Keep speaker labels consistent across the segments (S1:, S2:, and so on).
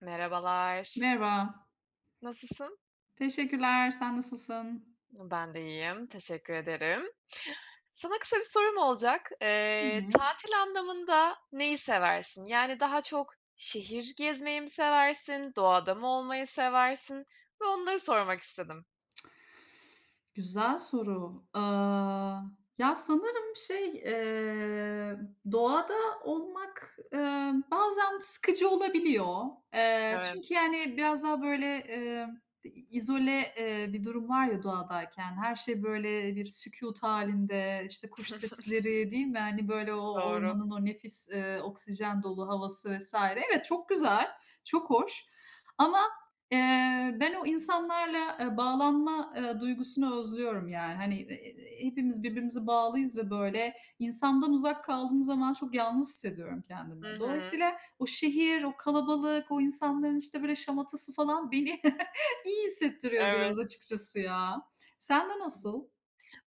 S1: Merhabalar.
S2: Merhaba.
S1: Nasılsın?
S2: Teşekkürler. Sen nasılsın?
S1: Ben de iyiyim, teşekkür ederim. Sana kısa bir sorum olacak.
S2: Hı hı.
S1: Tatil anlamında neyi seversin? Yani daha çok şehir gezmeyi mi seversin, doğada mı olmayı seversin? Ve onları sormak istedim.
S2: Güzel soru. Ya, sanırım şey, doğada olmak, bazen sıkıcı olabiliyor. Eee,
S1: Evet,
S2: çünkü, yani, biraz daha böyle, izole, bir durum var ya doğadayken. Her şey böyle bir sükût halinde, işte, kuş sesleri, değil mi? Hani, böyle o
S1: doğru.
S2: ormanın o nefis, oksijen dolu havası vesaire. Evet, çok güzel, çok hoş ama ben o insanlarla, bağlanma, duygusunu özlüyorum yani. Hani, hepimiz birbirimize bağlıyız ve böyle insandan uzak kaldığım zaman çok yalnız hissediyorum kendimi.
S1: Hı hı,
S2: Dolayısıyla o şehir, o kalabalık, o insanların işte böyle şamatası falan beni iyi hissettiriyor
S1: evet.
S2: biraz açıkçası ya. Sen de nasıl?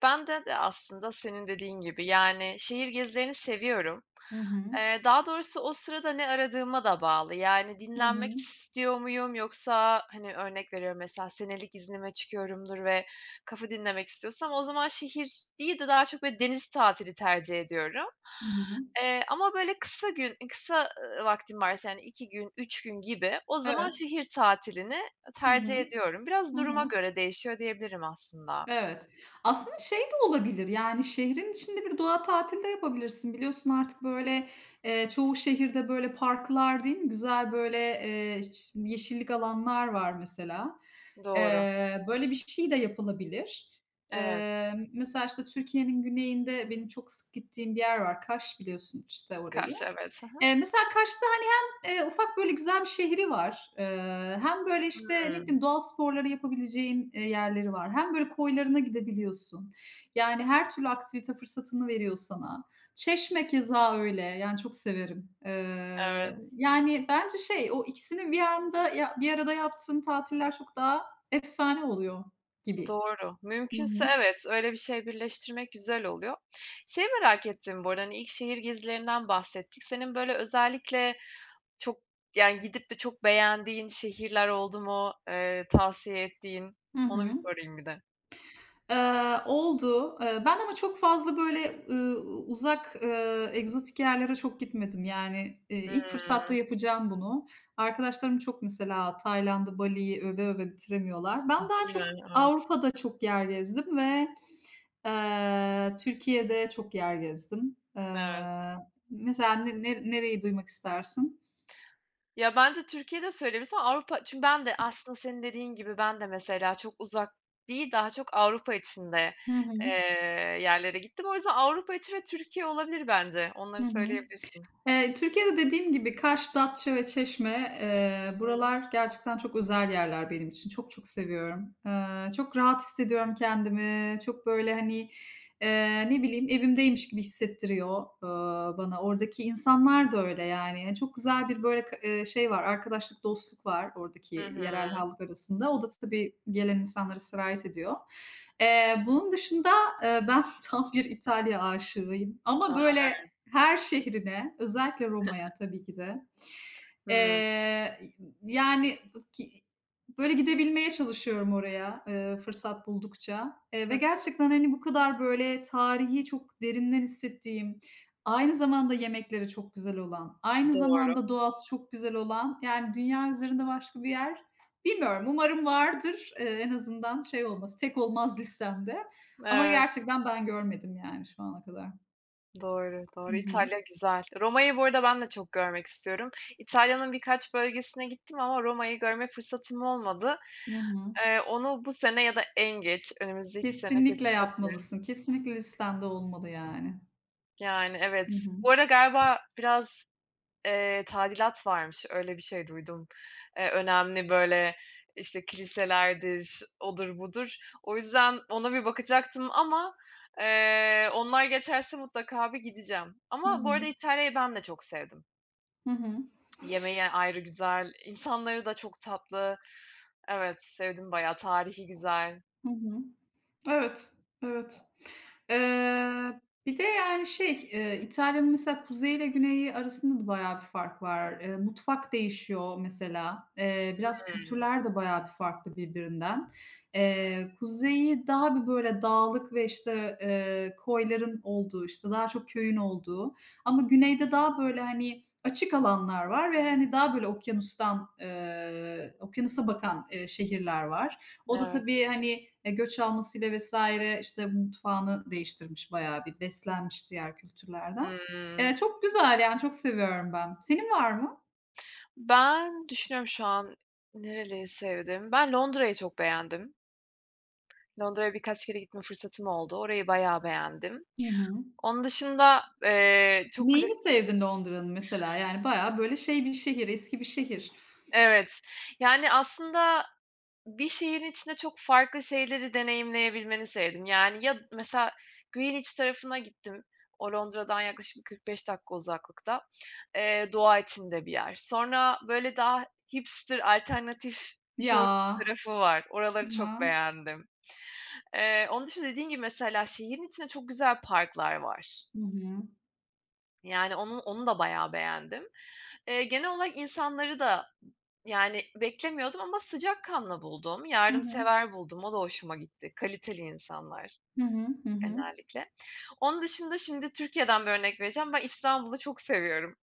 S1: Ben de aslında senin dediğin gibi yani şehir gezilerini seviyorum.
S2: Hı hı.
S1: Daha doğrusu o sırada ne aradığıma da bağlı. Yani
S2: Hı
S1: dinlenmek
S2: hı.
S1: istiyor muyum yoksa, hani, örnek veriyorum mesela senelik iznime çıkıyorumdur ve kafa dinlemek istiyorsam o zaman şehir değil de daha çok böyle deniz tatili tercih ediyorum.
S2: Hı hı.
S1: Ama böyle kısa, vaktim varsa yani 2 gün, 3 gün gibi o
S2: Evet.
S1: zaman şehir tatilini
S2: Hı
S1: tercih
S2: hı.
S1: ediyorum. Biraz
S2: Hı hı.
S1: duruma göre değişiyor diyebilirim aslında.
S2: Evet. Aslında şey de olabilir, yani, şehrin içinde bir doğa tatili de yapabilirsin. Biliyorsun artık, böyle, çoğu şehirde, böyle, parklar değil mi? Güzel, böyle, ç yeşillik alanlar var mesela.
S1: Doğru.
S2: Böyle bir şey de yapılabilir.
S1: Evet.
S2: Mesela, işte, Türkiye'nin güneyinde benim çok sık gittiğim bir yer var. Kaş biliyorsun, işte, orayı.
S1: Kaş, evet. Hı hı.
S2: Mesela Kaş'ta, hani, hem, ufak böyle güzel bir şehri var, hem böyle, işte, ne
S1: Hımm.
S2: bileyim, doğa sporları yapabileceğin, yerleri var hem böyle koylarına gidebiliyorsun. Yani her türlü aktivite fırsatını veriyor sana. Çeşme keza öyle, yani çok severim.
S1: Evet.
S2: Yani bence şey, o ikisini bir anda ya bir arada yaptığın tatiller çok daha efsane oluyor gibi.
S1: Doğru.
S2: Hı hı.
S1: Mümkünse evet, öyle bir şey birleştirmek güzel oluyor. Şey merak ettim bu arada, hani ilk şehir gezilerinden bahsettik. Senin böyle özellikle çok, yani, gidip de çok beğendiğin şehirler oldu mu, tavsiye ettiğin?
S2: Hı
S1: Onu
S2: hı.
S1: bir sorayım bir de.
S2: Oldu. Ben ama çok fazla böyle, uzak, egzotik yerlere çok gitmedim. Yani, ilk fırsatta
S1: Hımm.
S2: yapacağım bunu. Arkadaşlarım çok mesela Tayland'ı, Bali'yi öve öve bitiremiyorlar. Ben daha
S1: Değil mi?
S2: çok
S1: Evet.
S2: Avrupa'da çok yer gezdim ve Türkiye'de çok yer gezdim. Eee,
S1: Evet.
S2: mesela ne ne nereyi duymak istersin?
S1: Ya, bence Türkiye'de söylemişsin ama Avrupa çünkü ben de aslında senin dediğin gibi ben de mesela çok uzak değil, daha çok Avrupa içinde,
S2: Hı
S1: eee,
S2: hı.
S1: yerlere gittim. O yüzden Avrupa içi ve Türkiye olabilir bence. Onları
S2: Hı hı.
S1: söyleyebilirsin.
S2: Türkiye'de dediğim gibi Kaş, Datça ve Çeşme,
S1: Hı.
S2: buralar gerçekten çok özel yerler benim için. Çok çok seviyorum. Çok rahat hissediyorum kendimi. Çok böyle, hani, ne bileyim, evimdeymiş gibi hissettiriyor, bana. Oradaki insanlar da öyle yani. Yani, çok güzel bir böyle k şey var, arkadaşlık, dostluk var
S1: Hı
S2: oradaki
S1: hı.
S2: yerel halk arasında. O da tabii gelen insanları sirayet ediyor. Bunun dışında, ben tam bir İtalya aşığıyım ama
S1: A.
S2: böyle, her şehrine, özellikle Roma'ya tabii ki de.
S1: Hıı.
S2: Eee, yani, ki böyle gidebilmeye çalışıyorum oraya, fırsat buldukça, ve
S1: Hıh.
S2: gerçekten, hani, bu kadar böyle tarihi çok derinden hissettiğim, aynı zamanda yemekleri çok güzel olan, aynı
S1: Doğru.
S2: zamanda doğası çok güzel olan, yani, dünya üzerinde başka bir yer bilmiyorum. Umarım vardır, en azından şey olmaz, tek olmaz listemde ama
S1: Evet,
S2: gerçekten ben görmedim, yani, şu ana kadar.
S1: doğru, doğru.
S2: Hı hı.
S1: İtalya güzel. Roma'yı bu arada ben de çok görmek istiyorum. İtalya'nın birkaç bölgesine gittim ama Roma'yı görme fırsatım olmadı.
S2: Hı hı.
S1: Onu bu sene ya da en geç önümüzdeki sene
S2: Kesinlikle
S1: kesinlikle.
S2: yapmalısın. Kesinlikle listende olmalı yani.
S1: Yani,
S2: Hı
S1: evet.
S2: hı.
S1: Bu arada galiba biraz, tadilat varmış, öyle bir şey duydum. Önemli, böyle, işte, kiliselerdir, odur budur. O yüzden ona bir bakacaktım ama, onlar geçerse mutlaka bir gideceğim.
S2: Hı
S1: Ama bu arada
S2: hı.
S1: İtalya'yı ben de çok sevdim.
S2: Hı hı.
S1: Yemeği ayrı güzel, insanları da çok tatlı. Evet, sevdim bayağı. Tarihi güzel.
S2: Hı hı. Evet, evet. Eee, bir de, yani, şey, İtalya'nın mesela kuzeyi ile güneyi arasında da bayağı bir fark var. Mutfak değişiyor mesela. Biraz
S1: Hımm.
S2: kültürler de bayağı bir farklı birbirinden. Kuzeyi daha bir, böyle, dağlık ve, işte, koyların olduğu, işte, daha çok köyün olduğu ama güneyde daha, böyle, hani, açık alanlar var ve, hani, daha, böyle, okyanustan, okyanusa bakan, şehirler var. O da
S1: Evet.
S2: tabii, hani, göç almasıyla vesaire işte, mutfağını değiştirmiş bayağı bir, beslenmiş diğer kültürlerden. Eee,
S1: Hımm.
S2: çok güzel, yani, çok seviyorum ben. Senin var mı?
S1: Ben düşünüyorum şu an nereleri sevdim. Ben Londra'yı çok beğendim. Londra'ya birkaç kere gitme fırsatım oldu. Orayı bayağı beğendim.
S2: Hı hı.
S1: Onun dışında, çok klasik.
S2: Neyini sevdin Londra'nın mesela? Yani, bayağı, böyle, şey bir şehir, eski bir şehir.
S1: Evet. Yani aslında bir şehrin içinde çok farklı şeyleri deneyimleyebilmeni sevdim. Yani ya mesela Greenwich tarafına gittim. O Londra'dan yaklaşık bir 45 dakika uzaklıkta. Doğa içinde bir yer. Sonra böyle daha hipster, alternatif Shoreditch
S2: Ya!
S1: tarafı var.
S2: Hı
S1: Oraları çok
S2: hı.
S1: beğendim. Onun dışında dediğin gibi mesela şehrin içinde çok güzel parklar var.
S2: Hı hı.
S1: Yani onu da bayağı beğendim. Genel olarak insanları da, yani, beklemiyordum ama sıcakkanlı buldum,
S2: Hı hı.
S1: yardımsever buldum. O da hoşuma gitti. Kaliteli insanlar
S2: Hı hı. Hı hı.
S1: genellikle. Onun dışında şimdi Türkiye'den bir örnek vereceğim. Ben İstanbul'u çok seviyorum.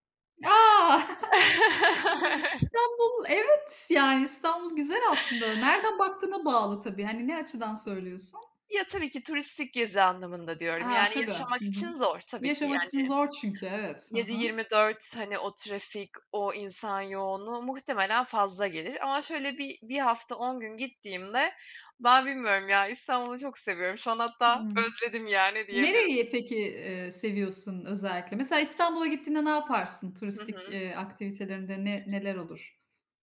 S2: A! İstanbul evet, yani İstanbul güzel aslında. Nereden baktığına bağlı tabii. Hani ne açıdan söylüyorsun?
S1: Ya, tabii ki turistik gezi anlamında diyorum.
S2: Ha,
S1: Yani
S2: tabii. Hı
S1: yaşamak
S2: hı.
S1: için zor tabii ki,
S2: Yaşamak için
S1: yani
S2: zor çünkü, evet. Hı
S1: Yedi
S2: hı.
S1: yirmi dört hani o trafik, o insan yoğunluğu muhtemelen fazla gelir ama şöyle bir hafta 10 gün gittiğimde ben bilmiyorum ya, İstanbul'u çok seviyorum. Şu an hatta
S2: Hımm.
S1: özledim yani diyebilirim.
S2: Nereyi peki, seviyorsun özellikle? Mesela İstanbul'a gittiğinde ne yaparsın?
S1: Hı
S2: Turistik,
S1: hı.
S2: aktivitelerinde ne neler olur?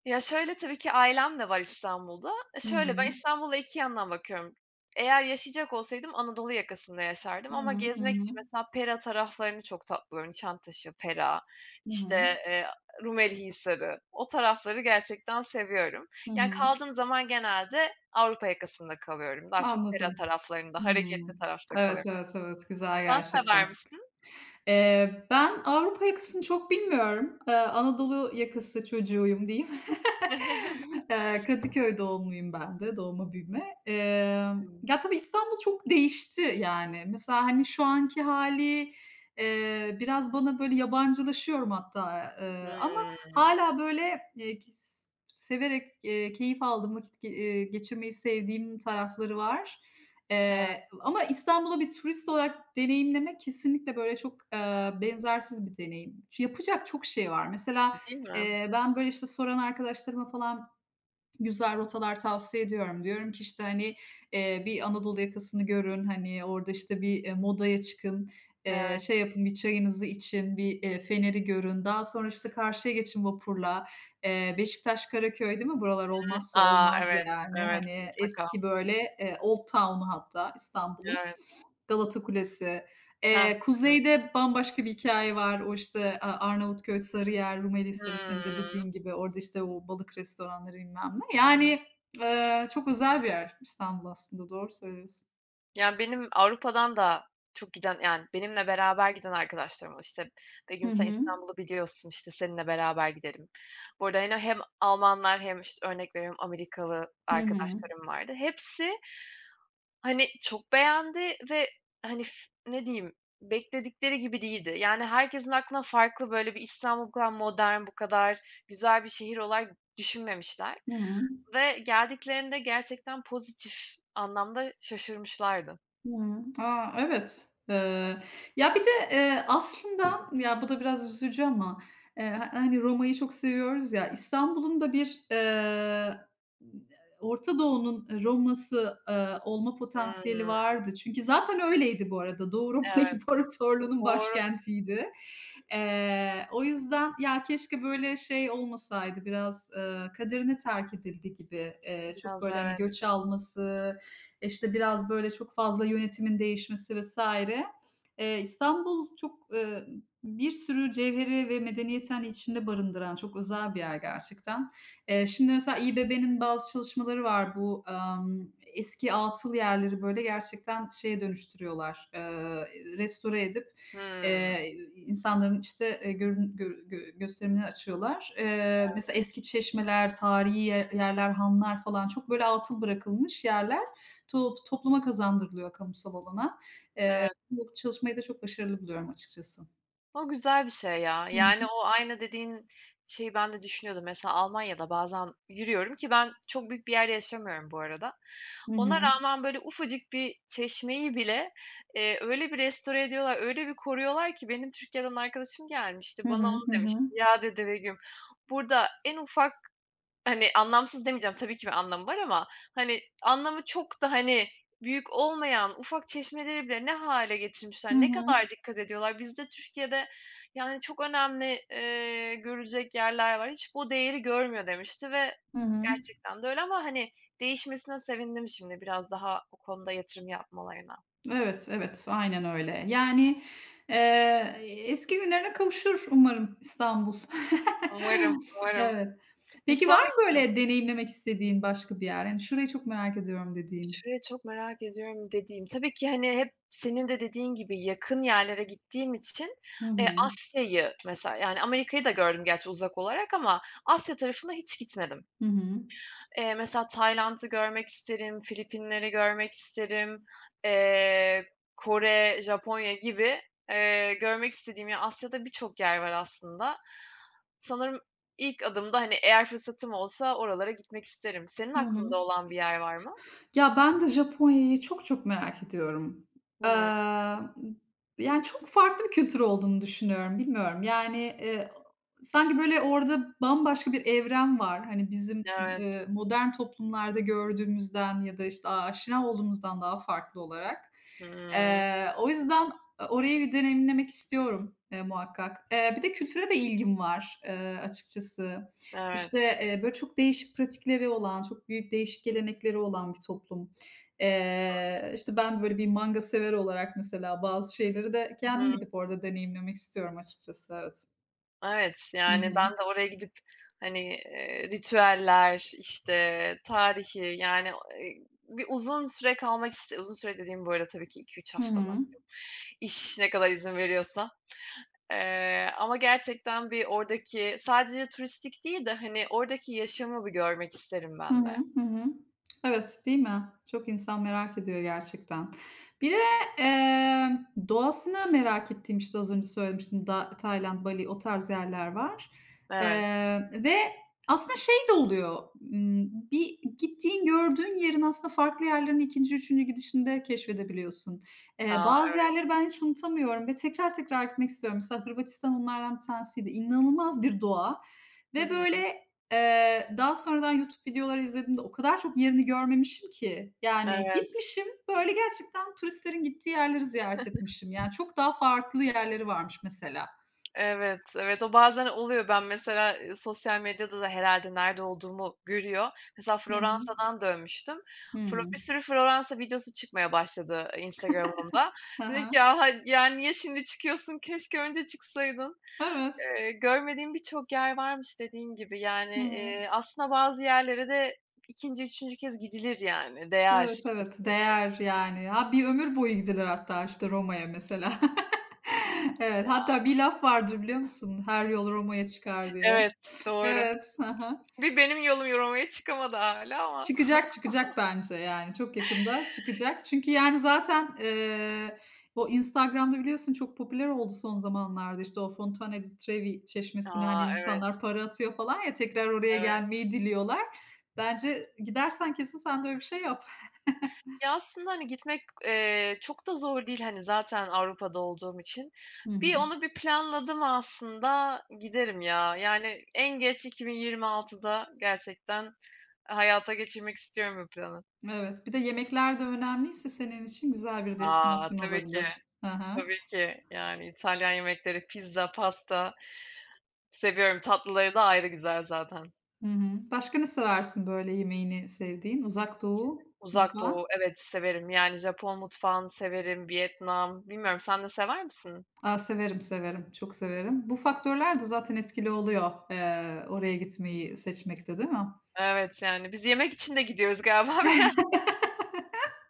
S1: Ya, şöyle, tabii ki ailem de var İstanbul'da.
S2: Hı
S1: Şöyle,
S2: hı.
S1: ben İstanbul'a 2 yandan bakıyorum. Eğer yaşayacak olsaydım Anadolu yakasında yaşardım
S2: Hı
S1: ama
S2: hı. Hı
S1: gezmek için
S2: hı.
S1: mesela Pera taraflarını çok tatlı buluyorum. Nişantaşı, Pera,
S2: Hı
S1: işte,
S2: hı.
S1: eee, Rumeli Hisarı, o tarafları gerçekten seviyorum.
S2: Hı
S1: Yani,
S2: hı.
S1: kaldığım zaman genelde Avrupa yakasında kalıyorum. Daha çok Pera
S2: Anladım.
S1: taraflarında, hareketli
S2: Hımm.
S1: tarafta
S2: Evet,
S1: kalıyorum.
S2: evet, evet. Güzel
S1: Sen sever
S2: gerçekten.
S1: misin?
S2: Ben Avrupa yakasını çok bilmiyorum. Anadolu yakası çocuğuyum diyeyim. Kadıköy doğumluyum ben de, doğma büyüme. Ya, tabii İstanbul çok değişti yani. Mesela, hani, şu anki hali biraz bana böyle yabancılaşıyorum hatta, ama
S1: Hımm.
S2: hala böyle, kis severek, keyif aldığım, vakit ge geçirmeyi sevdiğim tarafları var.
S1: Evet,
S2: Ama İstanbul'u bir turist olarak deneyimlemek kesinlikle, böyle, çok, benzersiz bir deneyim. Yapacak çok şey var. Mesela,
S1: değil mi?
S2: ben, böyle, işte, soran arkadaşlarıma falan güzel rotalar tavsiye ediyorum. Diyorum ki, işte, hani, bir Anadolu yakasını görün, hani, orada, işte, bir, modaya çıkın,
S1: Evet.
S2: şey yapın, bir çayınızı için, bir, feneri görün. Daha sonra, işte, karşıya geçin vapurla. Beşiktaş, Karaköy değil mi? Buralar olmazsa
S1: A!
S2: olmaz
S1: Evet,
S2: yani.
S1: evet,
S2: Hani,
S1: mutlaka.
S2: eski, böyle, Old Town'u hatta İstanbul'un.
S1: Evet.
S2: Galata Kulesi.
S1: Hah,
S2: Kuzeyde bambaşka bir hikâye var. O, işte, Arnavutköy, Sarıyer, Rumelihisar'ı senin de
S1: hımm.
S2: dediğin gibi. Orada, işte, o balık restoranları bilmem ne. Yani, çok özel bir yer İstanbul aslında. Doğru söylüyorsun.
S1: Ya, benim Avrupa'dan da çok giden, yani, benimle beraber giden arkadaşlarım var. İşte,
S2: Hı
S1: "Begüm, sen
S2: hı.
S1: İstanbul'u biliyorsun, işte, seninle beraber gidelim." Bu arada, hani, hem Almanlar hem, işte, örnek veriyorum, Amerikalı
S2: Hı hı.
S1: arkadaşlarım vardı. Hepsi hani, çok beğendi ve, hani, ne diyeyim, bekledikleri gibi değildi. Yani, herkesin aklına farklı, böyle, bir İstanbul bu kadar modern, bu kadar güzel bir şehir olarak düşünmemişler
S2: Hı hı.
S1: ve geldiklerinde gerçekten pozitif anlamda şaşırmışlardı.
S2: Hımm. A, evet. Ya, bir de, aslında, ya, bu da biraz üzücü ama, ha hani, Roma'yı çok seviyoruz ya, İstanbul'un da bir, Orta Doğu'nun, Roma'sı, olma potansiyeli
S1: Hımm,
S2: vardı. Çünkü zaten öyleydi bu arada. Doğu Roma
S1: evet.
S2: İmparatorluğu'nun
S1: Doğru
S2: başkentiydi. O yüzden, ya, keşke böyle şey olmasaydı, biraz, kaderine terk edildi gibi. Çok
S1: biraz,
S2: böyle,
S1: da
S2: hani,
S1: evet.
S2: göç alması, işte biraz, böyle, çok fazla yönetimin değişmesi vesaire. İstanbul çok, bir sürü cevheri ve medeniyeti, hani, içinde barındıran çok özel bir yer gerçekten. Eee,
S1: Kes
S2: şimdi mesela İBB'nin bazı çalışmaları var. Bu, eski atıl yerleri, böyle, gerçekten şeye dönüştürüyorlar, restore edip,
S1: Hımm,
S2: insanların, işte, görün gö gö gösterimini açıyorlar. Mesela eski çeşmeler, tarihi yerler, hanlar falan çok, böyle, atıl bırakılmış yerler. Topluma kazandırılıyor kamusal alana.
S1: evet.
S2: Bu çalışmayı da çok başarılı buluyorum açıkçası.
S1: O güzel bir şey ya.
S2: Hı
S1: Yani,
S2: hı.
S1: o aynı dediğin şeyi ben de düşünüyordum. Mesela Almanya'da bazen yürüyorum ki ben çok büyük bir yerde yaşamıyorum bu arada.
S2: Hı
S1: Ona
S2: hı.
S1: rağmen böyle ufacık bir çeşmeyi bile, öyle bir restore ediyorlar, öyle bir koruyorlar ki benim Türkiye'den arkadaşım gelmişti.
S2: Hı
S1: Bana
S2: hı.
S1: onu
S2: Hı hı.
S1: demişti. "Ya", dedi, "Begüm, burada en ufak hani, anlamsız demeyeceğim, tabii ki bir anlamı var ama, hani, anlamı çok da, hani, büyük olmayan ufak çeşmeleri bile ne hâle
S2: Hı
S1: getirmişler, ne
S2: hı.
S1: kadar dikkat ediyorlar. Bizde Türkiye'de, yani, çok önemli, görülecek yerler var. Hiç bu değeri görmüyor demişti ve
S2: Hı hı.
S1: gerçekten de öyle ama, hani, değişmesine sevindim şimdi biraz daha o konuda yatırım yapmalarına.
S2: Evet, evet. Aynen öyle. Yani, eee, eski günlerine kavuşur umarım İstanbul.
S1: Umarım, umarım.
S2: Evet.
S1: Bir
S2: Peki var
S1: sonraki,
S2: mı böyle deneyimlemek istediğin başka bir yer? Hani, "Şurayı çok merak ediyorum." dediğin?
S1: şurayı çok merak ediyorum dediğim, tabii ki, hani, hep senin de dediğin gibi yakın yerlere gittiğim için,
S2: Hı hı.
S1: Asya'yı mesela, yani, Amerika'yı da gördüm gerçi uzak olarak ama Asya tarafına hiç gitmedim.
S2: Hı hı.
S1: Mesela Tayland'ı görmek isterim, Filipinleri görmek isterim, eee, Kore, Japonya gibi, görmek istediğim ya Asya'da birçok yer var aslında. Sanırım ilk adımda, hani, eğer fırsatım olsa oralara gitmek isterim. Senin
S2: Hı hı.
S1: aklında olan bir yer var mı?
S2: Ya, ben de Japonya'yı çok çok merak ediyorum. Eee,
S1: Hımm,
S2: yani, çok farklı bir kültür olduğunu düşünüyorum. Bilmiyorum, yani, sanki, böyle, orada bambaşka bir evren var. Hani, bizim,
S1: evet.
S2: modern toplumlarda gördüğümüzden ya da, işte, aşina olduğumuzdan daha farklı olarak.
S1: Hımm.
S2: O yüzden orayı bir deneyimlemek istiyorum, muhakkak. Bir de kültüre de ilgim var, açıkçası.
S1: Evet.
S2: İşte, böyle çok değişik pratikleri olan, çok büyük değişik gelenekleri olan bir toplum. İşte, ben böyle bir manga severi olarak mesela bazı şeyleri de
S1: Hı hı.
S2: kendim gidip orada deneyimlemek istiyorum açıkçası. Evet.
S1: Evet,
S2: Hı
S1: yani,
S2: hı.
S1: ben de oraya gidip, hani, ritüeller, işte, tarihi, yani, eee, bir uzun süre kalmak uzun süre dediğim bu arada tabii ki iki üç
S2: Hı
S1: hafta
S2: hı.
S1: maksimum. İş ne kadar izin veriyorsa. Ama gerçekten bir oradaki sadece turistik değil de, hani, oradaki yaşamı bir görmek isterim
S2: Hı
S1: ben de.
S2: hı, hı hı. Evet, değil mi? Çok insan merak ediyor gerçekten. Bir de, emm, doğasını merak ettiğim, işte, az önce söylemiştim, da Tayland, Bali o tarz yerler var.
S1: Evet.
S2: Ve aslında şey de oluyor, bir gittiğin, gördüğün yerin aslında farklı yerlerini ikinci üçüncü gidişinde keşfedebiliyorsun. Eee,
S1: A!
S2: bazı yerleri ben hiç unutamıyorum ve tekrar tekrar gitmek istiyorum. Mesela Hırvatistan onlardan bir tanesiydi. İnanılmaz bir doğa
S1: Hı
S2: ve
S1: hı.
S2: böyle, daha sonradan YouTube videoları izlediğimde o kadar çok yerini görmemişim ki. Yani
S1: Evet.
S2: gitmişim, böyle, gerçekten turistlerin gittiği yerleri ziyaret etmişim. Yani çok daha farklı yerleri varmış mesela.
S1: Evet, evet, o bazen oluyor. Ben mesela, sosyal medyada da herhalde nerede olduğumu görüyor. Mesela
S2: Hı hı.
S1: Floransa'dan dönmüştüm.
S2: Hıı.
S1: Bir sürü Floransa videosu çıkmaya başladı Instagram'ımda.
S2: Hı
S1: Dedim ki,
S2: hı.
S1: "Ya, hay ya, niye şimdi çıkıyorsun? Keşke önce çıksaydın."
S2: Evet.
S1: Görmediğim birçok yer varmış dediğin gibi. Yani,
S2: Hı hı.
S1: aslında bazı yerlere de ikinci, üçüncü kez gidilir yani. Değer
S2: Evet, evet.
S1: kesinlikle.
S2: Değer yani. Ha, bir ömür boyu gidilir hatta, işte, Roma'ya mesela. Evet, hatta bir laf vardır biliyor musun? "Her yol Roma'ya çıkar." diye.
S1: Evet, doğru.
S2: Evet. Hı hı.
S1: Bir benim yolum yorumaya çıkamadı hala ama.
S2: Çıkacak, çıkacak bence yani çok yakında çıkacak. Çünkü yani zaten, o Instagram'da biliyorsun çok popüler oldu son zamanlarda, işte, o Fontana di Trevi çeşmesine, hani,
S1: A! Evet,
S2: insanlar para atıyor falan ya, tekrar oraya
S1: evet.
S2: gelmeyi diliyorlar. Bence gidersen kesin sen de öyle bir şey yap.
S1: Ya, aslında, hani, gitmek, çok da zor değil, hani, zaten Avrupa'da olduğum için.
S2: Hı hı.
S1: Bir onu bir planladım aslında giderim ya. Yani en geç 2026'da gerçekten hayata geçirmek istiyorum bu planı.
S2: Evet, bir de yemekler de önemliyse senin için güzel bir
S1: A!
S2: destinasyon
S1: Tabii ki,
S2: olabilir. Hı hı.
S1: tabii ki. Yani İtalyan yemekleri, pizza, pasta seviyorum. Tatlıları da ayrı güzel zaten.
S2: Hı hı. Başka ne seversin böyle yemeğini sevdiğin? Uzak Doğu
S1: Uzak
S2: mutfağı?
S1: Doğu, evet, severim. Yani Japon mutfağını severim, Vietnam. Bilmiyorum sen de sever misin?
S2: A, severim, severim, çok severim. Bu faktörler de zaten etkili oluyor, oraya gitmeyi seçmekte, değil mi?
S1: Evet, yani biz yemek için de gidiyoruz galiba.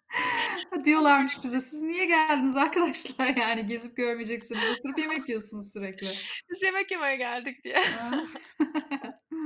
S2: Ha,
S1: Biraz.
S2: diyorlarmış bize, "Siz niye geldiniz arkadaşlar? Yani gezip görmeyeceksiniz, oturup yemek yiyorsunuz sürekli."
S1: Biz yemek yemeye geldik diye.
S2: ha.